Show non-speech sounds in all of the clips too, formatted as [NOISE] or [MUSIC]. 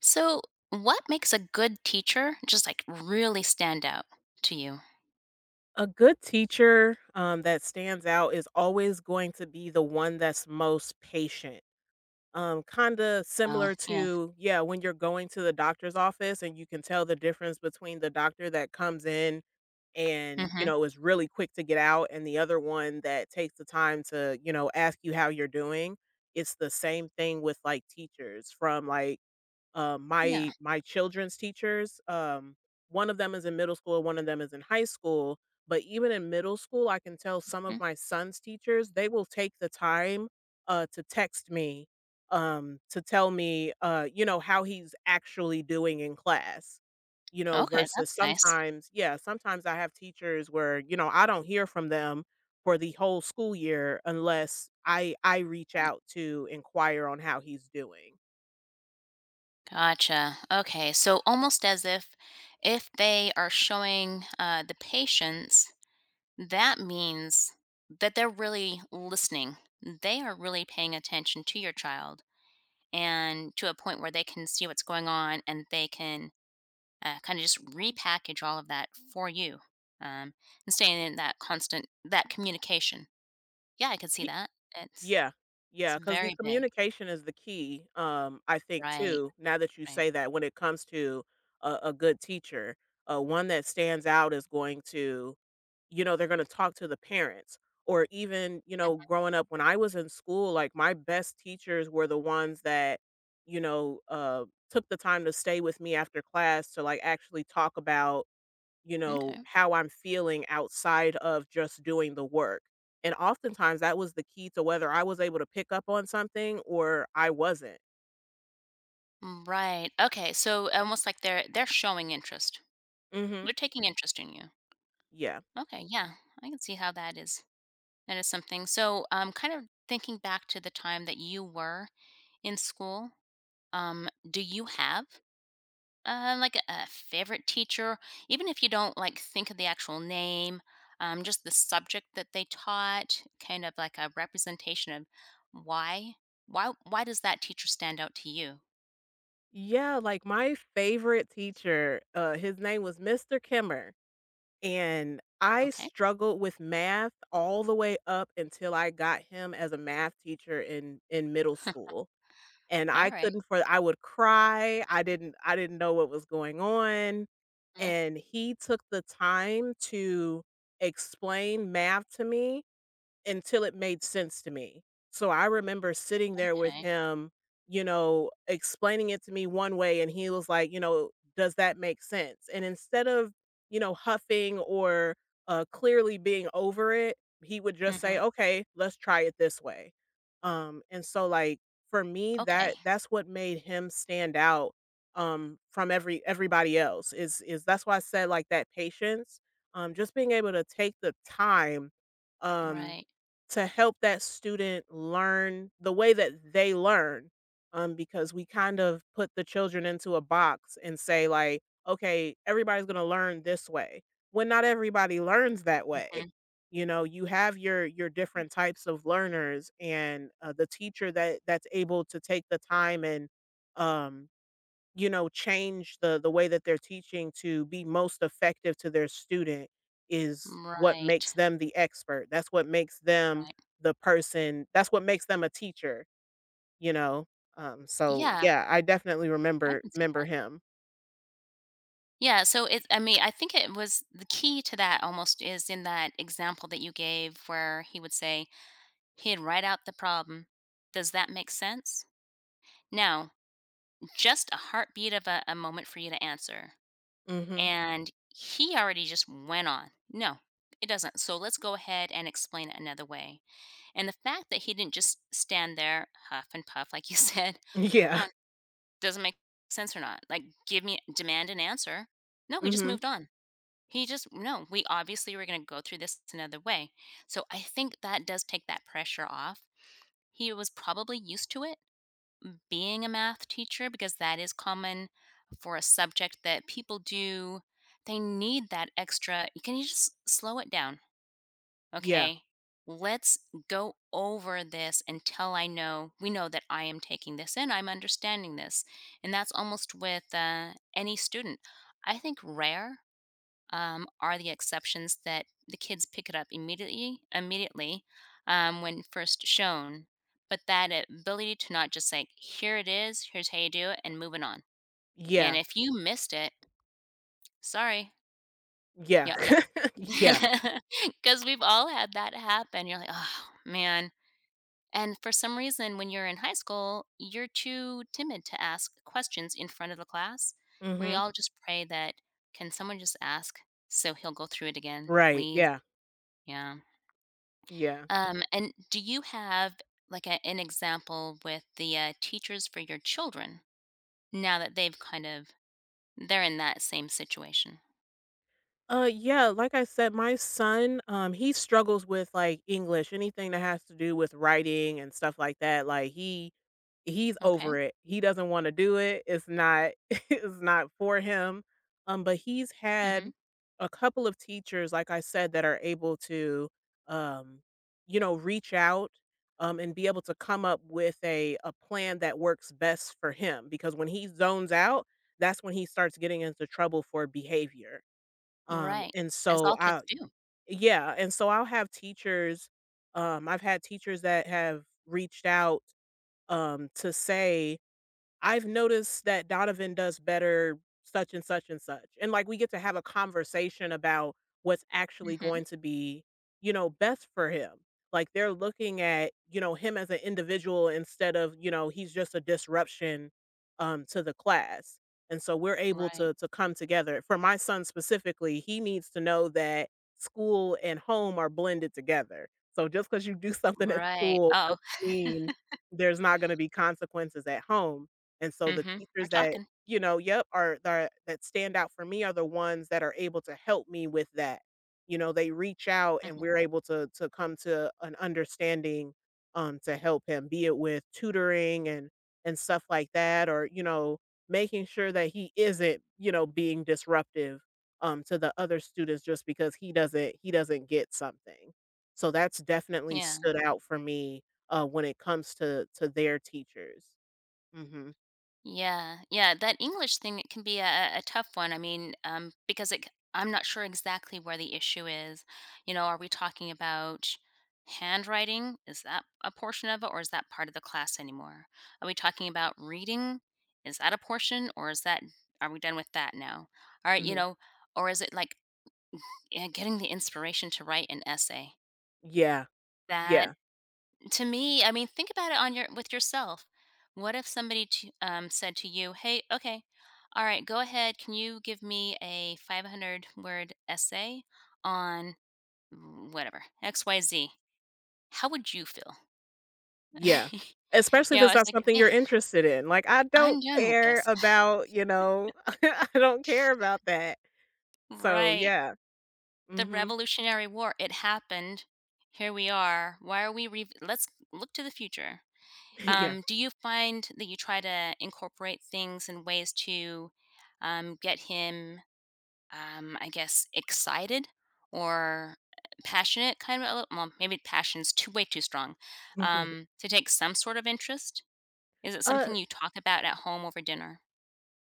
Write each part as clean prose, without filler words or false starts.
So, what makes a good teacher just like really stand out to you? A good teacher, that stands out is always going to be the one that's most patient. Kinda Oh, similar yeah. to, yeah, when you're going to the doctor's office and you can tell the difference between the doctor that comes in and, you hmm know, is really quick to get out and the other one that takes the time to, you know, ask you how you're doing. It's the same thing with, like, teachers from, like, Yeah. my children's teachers, one of them is in middle school, one of them is in high school, but even in middle school, I can tell some of Mm. my son's teachers, they will take the time to text me to tell me, you know, how he's actually doing in class. You know, Okay, versus that's nice. sometimes, yeah, sometimes I have teachers where you know I don't hear from them for the whole school year unless I reach Right. out to inquire on how he's doing. Gotcha. Okay, so almost as if they are showing the patience, that means that they're really listening. They are really paying attention to your child and to a point where they can see what's going on and they can kind of just repackage all of that for you, um, and staying in that constant that communication. Yeah, I could see that. It's Yeah. It's Yeah, because the very big. communication is the key, I think Right. too, now that you Right. say that when it comes to a good teacher, one that stands out is going to you know, they're gonna talk to the parents or even, you know, growing up when I was in school, like, my best teachers were the ones that, you know, took the time to stay with me after class to, like, actually talk about you Mhm. know, Okay. how I'm feeling outside of just doing the work. And oftentimes that was the key to whether I was able to pick up on something or I wasn't. Mm, right. Okay, so almost like they're showing interest, Mhm. they're taking interest in you. Yeah. Okay, yeah, I can see how that is. That is something. So, kind of thinking back to the time that you were in school, do you have like a favorite teacher, even if you don't like think of the actual name, just the subject that they taught, kind of like a representation of why, why does that teacher stand out to you? Yeah, like my favorite teacher, his name was Mr. Kimmer, and I Okay, struggled with math all the way up until I got him as a math teacher in middle school. And all I right, couldn't for I would cry, I didn't know what was going on, mm, and he took the time to explain math to me, until it made sense to me. So I remember sitting there with okay, him, you know, explaining it to me one way, and he was like, you know, does that make sense? And instead of, you know, huffing or clearly being over it, he would just mm-hmm. say, okay, let's try it this way. And so, like for me, Okay, that that's what made him stand out from everybody else. Is that's why I said like that patience, just being able to take the time um right, to help that student learn the way that they learn. Because we kind of put the children into a box and say, like, okay, everybody's gonna learn this way. When not everybody learns that mm-hmm. way. You know, you have your different types of learners and the teacher that that's able to take the time and um you know, change the way that they're teaching to be most effective to their student is what Right, makes them the expert. That's what makes them right, the person that's what makes them a teacher, you know? So yeah, yeah, I definitely I can see remember that. him. Yeah, so I mean, I think it was the key to that almost is in that example that you gave where he would say, he'd write out the problem. Does that make sense? Now, just a heartbeat of a moment for you to answer. Mhm. And he already just went on. No, it doesn't. So let's go ahead and explain it another way. And the fact that he didn't just stand there, huff and puff, like you [LAUGHS] said, [LAUGHS] come Yeah. on, doesn't make sense or not. Like, give me, demand an answer. No, he just Mhm. moved on. He just no, we obviously were gonna go through this another way. So I think that does take that pressure off. He was probably used to it being a math teacher because that is common for a subject that people do. They need that extra. Can you just slow it down? Yeah. Okay. Let's go over this until I know we know that I am taking this in, I'm understanding this. And that's almost with any student. I think rare, are the exceptions that the kids pick it up immediately, when first shown, but that ability to not just like here it is, here's how you do it, and moving on, and Yeah. if you missed it, sorry. Yeah. Yeah, yeah. [LAUGHS] Yeah. [LAUGHS] Because we've all had that happen. You're like, oh man, and for some reason when you're in high school you're too timid to ask questions in front of the class. We Mhm. all just pray that can someone just ask so he'll go through it again Right. please. Yeah. Yeah. Yeah. And do you have like a, an example with the teachers for your children, now that they've kind of they're in that same situation? Yeah, like I said, my son, he struggles with like English, anything that has to do with writing and stuff like that. Like he's over Okay. it. He doesn't want to do it. It's not [LAUGHS] it's not for him. But he's Mm-hmm. had a couple of teachers, like I said, that are able to um, you know, reach out and be able to come up with a plan that works best for him because when he zones out, that's when he starts getting into trouble for behavior Right. and As all so kids I do. yeah, and so I'll have teachers, I've had teachers that have reached out, to say, I've noticed that Donovan does better such and such and such. And like we get to have a conversation about what's actually Mm-hmm. going to be, you know, best for him. Like they're looking at, you know, him as an individual instead of, you know, he's just a disruption to the class. And so we're able Right. to come together. For my son specifically, he needs to know that school and home are blended together. So just because you do [LAUGHS] something at Right. school Oh. doesn't mean there's not going to be consequences at home and so the Mm-hmm. We're teachers that, talking. you know Yep, are that stand out for me are the ones that are able to help me with that. You know, they reach out and Mm-hmm. we're able to come to an understanding, to help him, be it with tutoring and stuff like that or, you know, making sure that he isn't, you know, being disruptive, to the other students just because he doesn't get something. So that's definitely Yeah. stood out for me, when it comes to their teachers. Mhm. Yeah, yeah, that English thing, it can be a tough one. I mean, because I'm not sure exactly where the issue is. You know, are we talking about handwriting? Is that a portion of it, or is that part of the class anymore? Are we talking about reading? Is that a portion, or is that are we done with that now? All right, you Mhm. know, or is it like getting the inspiration to write an essay? Yeah, That yeah, to me, I mean, think about it on your with yourself. What if somebody to, said to you, "Hey, okay, all right, go ahead. Can you give me a 500 word essay on whatever XYZ?" How would you feel? yeah, [LAUGHS] especially You if know, I it's was not like, something "Man, you're interested in, like, I I'm don't done with care this." [LAUGHS] about, you know, [LAUGHS] I don't care about that, so Right. yeah, The mhm, Revolutionary War, it happened. Here we are. Why are we re- Let's look to the future. [LAUGHS] yeah, Do you find that you try to incorporate things in ways to, get him, I guess, excited or passionate? Kind of, a little, well, maybe passion's too way too strong. [LAUGHS] To take some sort of interest. Is it uh, something you talk about at home over dinner?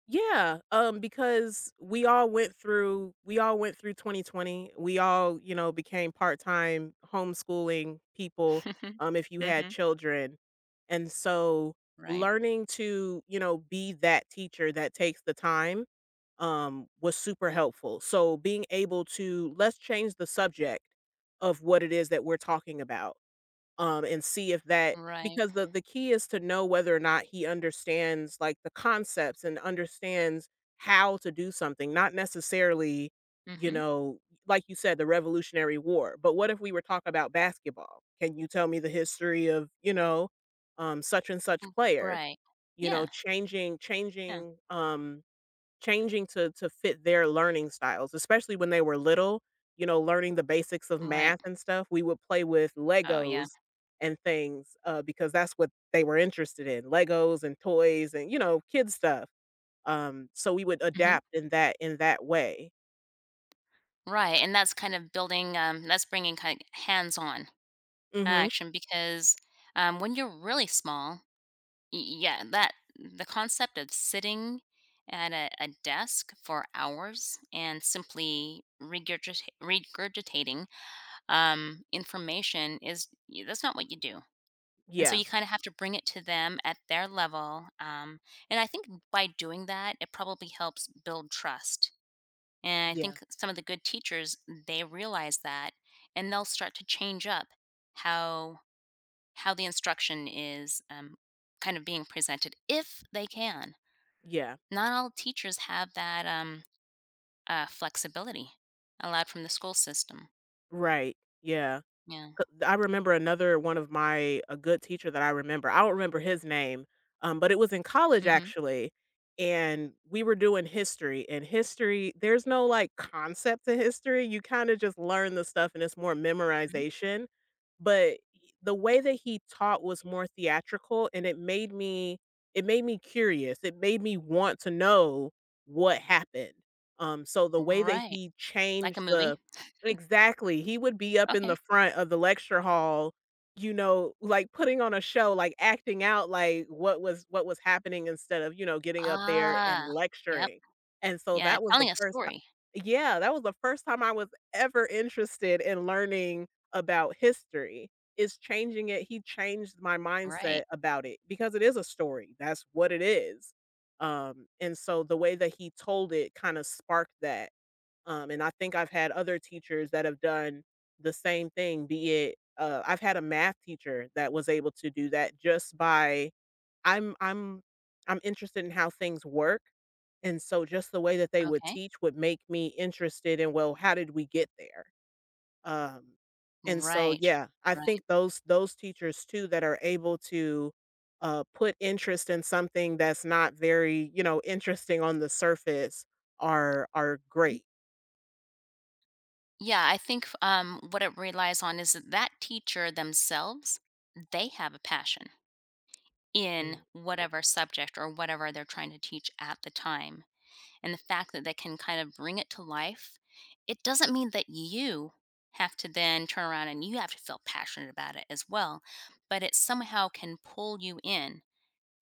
yeah, because we all went through 2020, we all, you know, became part-time homeschooling people, [LAUGHS] if you had Mm-hmm. children, and so Right. learning to, you know, be that teacher that takes the time was super helpful. So being able to let's change the subject of what it is that we're talking about, and see if that Right. because the key is to know whether or not he understands like the concepts and understands how to do something, not necessarily, you Mm-hmm. know, like you said, the Revolutionary War. But what if we were talking about basketball? Can you tell me the history of, you know, such and such player? Right. You know, Yeah. Yeah. changing changing to fit their learning styles, especially when they were little, you know, learning the basics of Right. math and stuff, we would play with Oh yeah. Legos and things, because that's what they were interested in, Legos and toys and, you know, kid stuff. So we would hmm adapt in that way. Right. And that's kind of building. That's bringing kind of hands on Mhm. action because, when you're really small, yeah, that the concept of sitting at a desk for hours and simply regurgitating, information is that's not what you do. And so Yeah. you kind of have to bring it to them at their level. And I think by doing that, it probably helps build trust. And I Yeah. think some of the good teachers, they realize that, and they'll start to change up how how the instruction is, kind of being presented if they can. Yeah. Not all teachers have that, flexibility allowed from the school system. Right. Yeah. Yeah. 'Cau I remember another one of my a good teacher that I remember, I don't remember his name, but it was in college hmm actually, and we were doing history, and history there's no, like, concept to history, you kinda just learn the stuff and it's more memorization, but he the way that he taught was more theatrical, and it made me curious, it made me want to know what happened, so the way that Right. he Like a changed movie. the Exactly, he would be up in Okay. the front of the lecture hall, you know, like, putting on a show, like, acting out, like, what was happening instead of, you know, getting up there and Ah, yep. lecturing, and so Yeah. that was the Telling a first story. ti yeah, that was the first time I was ever interested in learning about history, is changing it he changed my Right. mindset about it because it is a story, that's what it is, and so the way that he told it kinda sparked that. And I think I've had other teachers that have done the same thing, be it I've had a math teacher that was able to do that just by I'm I'm I'm interested in how things work. And so just the way that they would Okay. teach would make me interested in, well, how did we get there? Um, and so Right. yeah, I think Right. Those teachers too that are able to put interest in something that's not very, you know, interesting on the surface are Mhm. great. Yeah. I think, what it relies on is that teacher themselves, they have a passion in whatever subject or whatever they're trying to teach at the time. And the fact that they can kind of bring it to life, it doesn't mean that you have to then turn around and you have to feel passionate about it as well, but it somehow can pull you in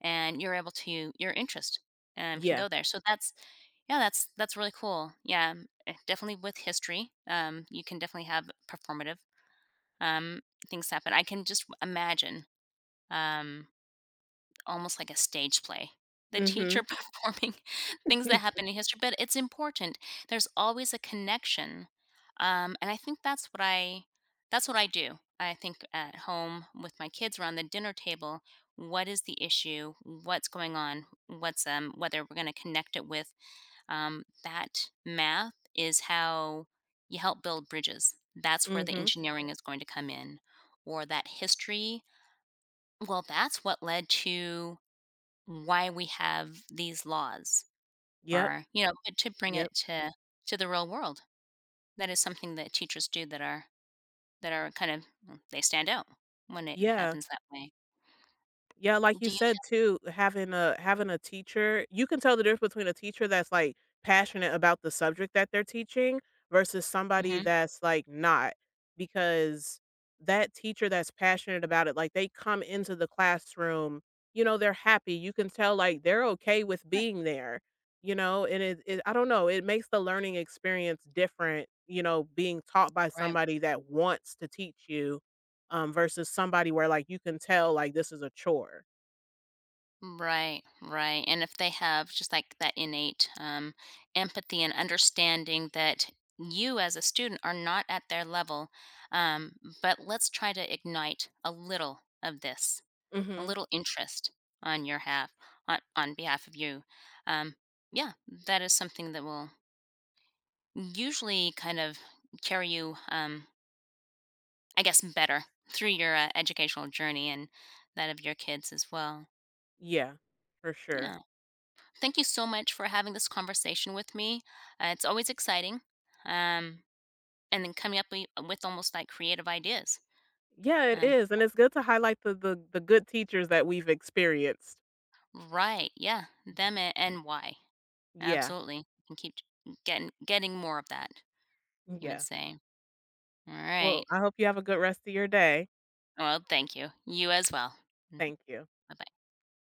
and you're able to your interest, can Yeah. go there. So that's yeah, that's really cool. Yeah, definitely with history, you can definitely have performative, um, things happen. I can just imagine. Um, Almost like a stage play. The teacher [LAUGHS] Mhm. performing things that Mhm. happen in history, but it's important. There's always a connection, and I think that's what I do. I think at home with my kids around the dinner table, what is the issue? What's going on? What's, whether we're going to connect it with, that math is how you help build bridges. That's where the [LAUGHS] engineering is going to come in, or that history. Well, that's what led to why we have these laws, Yep, or you know, but to bring yep. it to the real world, that is something that teachers do that are kind of, mm, they stand out when it Yeah, happens that way. Yeah, like you Do you said too, having a teacher, you can tell the difference between a teacher that's like passionate about the subject that they're teaching versus somebody hmm that's like not because that teacher that's passionate about it, like they come into the classroom, you know, they're happy. You can tell like they're okay with right, being there, you know, and it I don't know, it makes the learning experience different, you know, being taught by right, somebody that wants to teach you versus somebody where like you can tell like this is a chore. right, right. And if they have just like that innate, empathy and understanding that you as a student are not at their level, um, but let's try to ignite a little of this, a Mhm. little interest on your half, on behalf of you, um, yeah, that is something that will usually kind of carry you, I guess better through your, educational journey, and that of your kids as well. Yeah, for sure. Yeah, thank you so much for having this conversation with me. It's always exciting, um, and then coming up with almost like creative ideas. Yeah, it uh, is, and it's good to highlight the good teachers that we've experienced. right, yeah, Mhm. And why Yeah, absolutely, and keep getting more of that, you would yeah. say. All right. Well, I hope you have a good rest of your day. Well, thank you. You as well. Bye. Thank you. Bye-bye.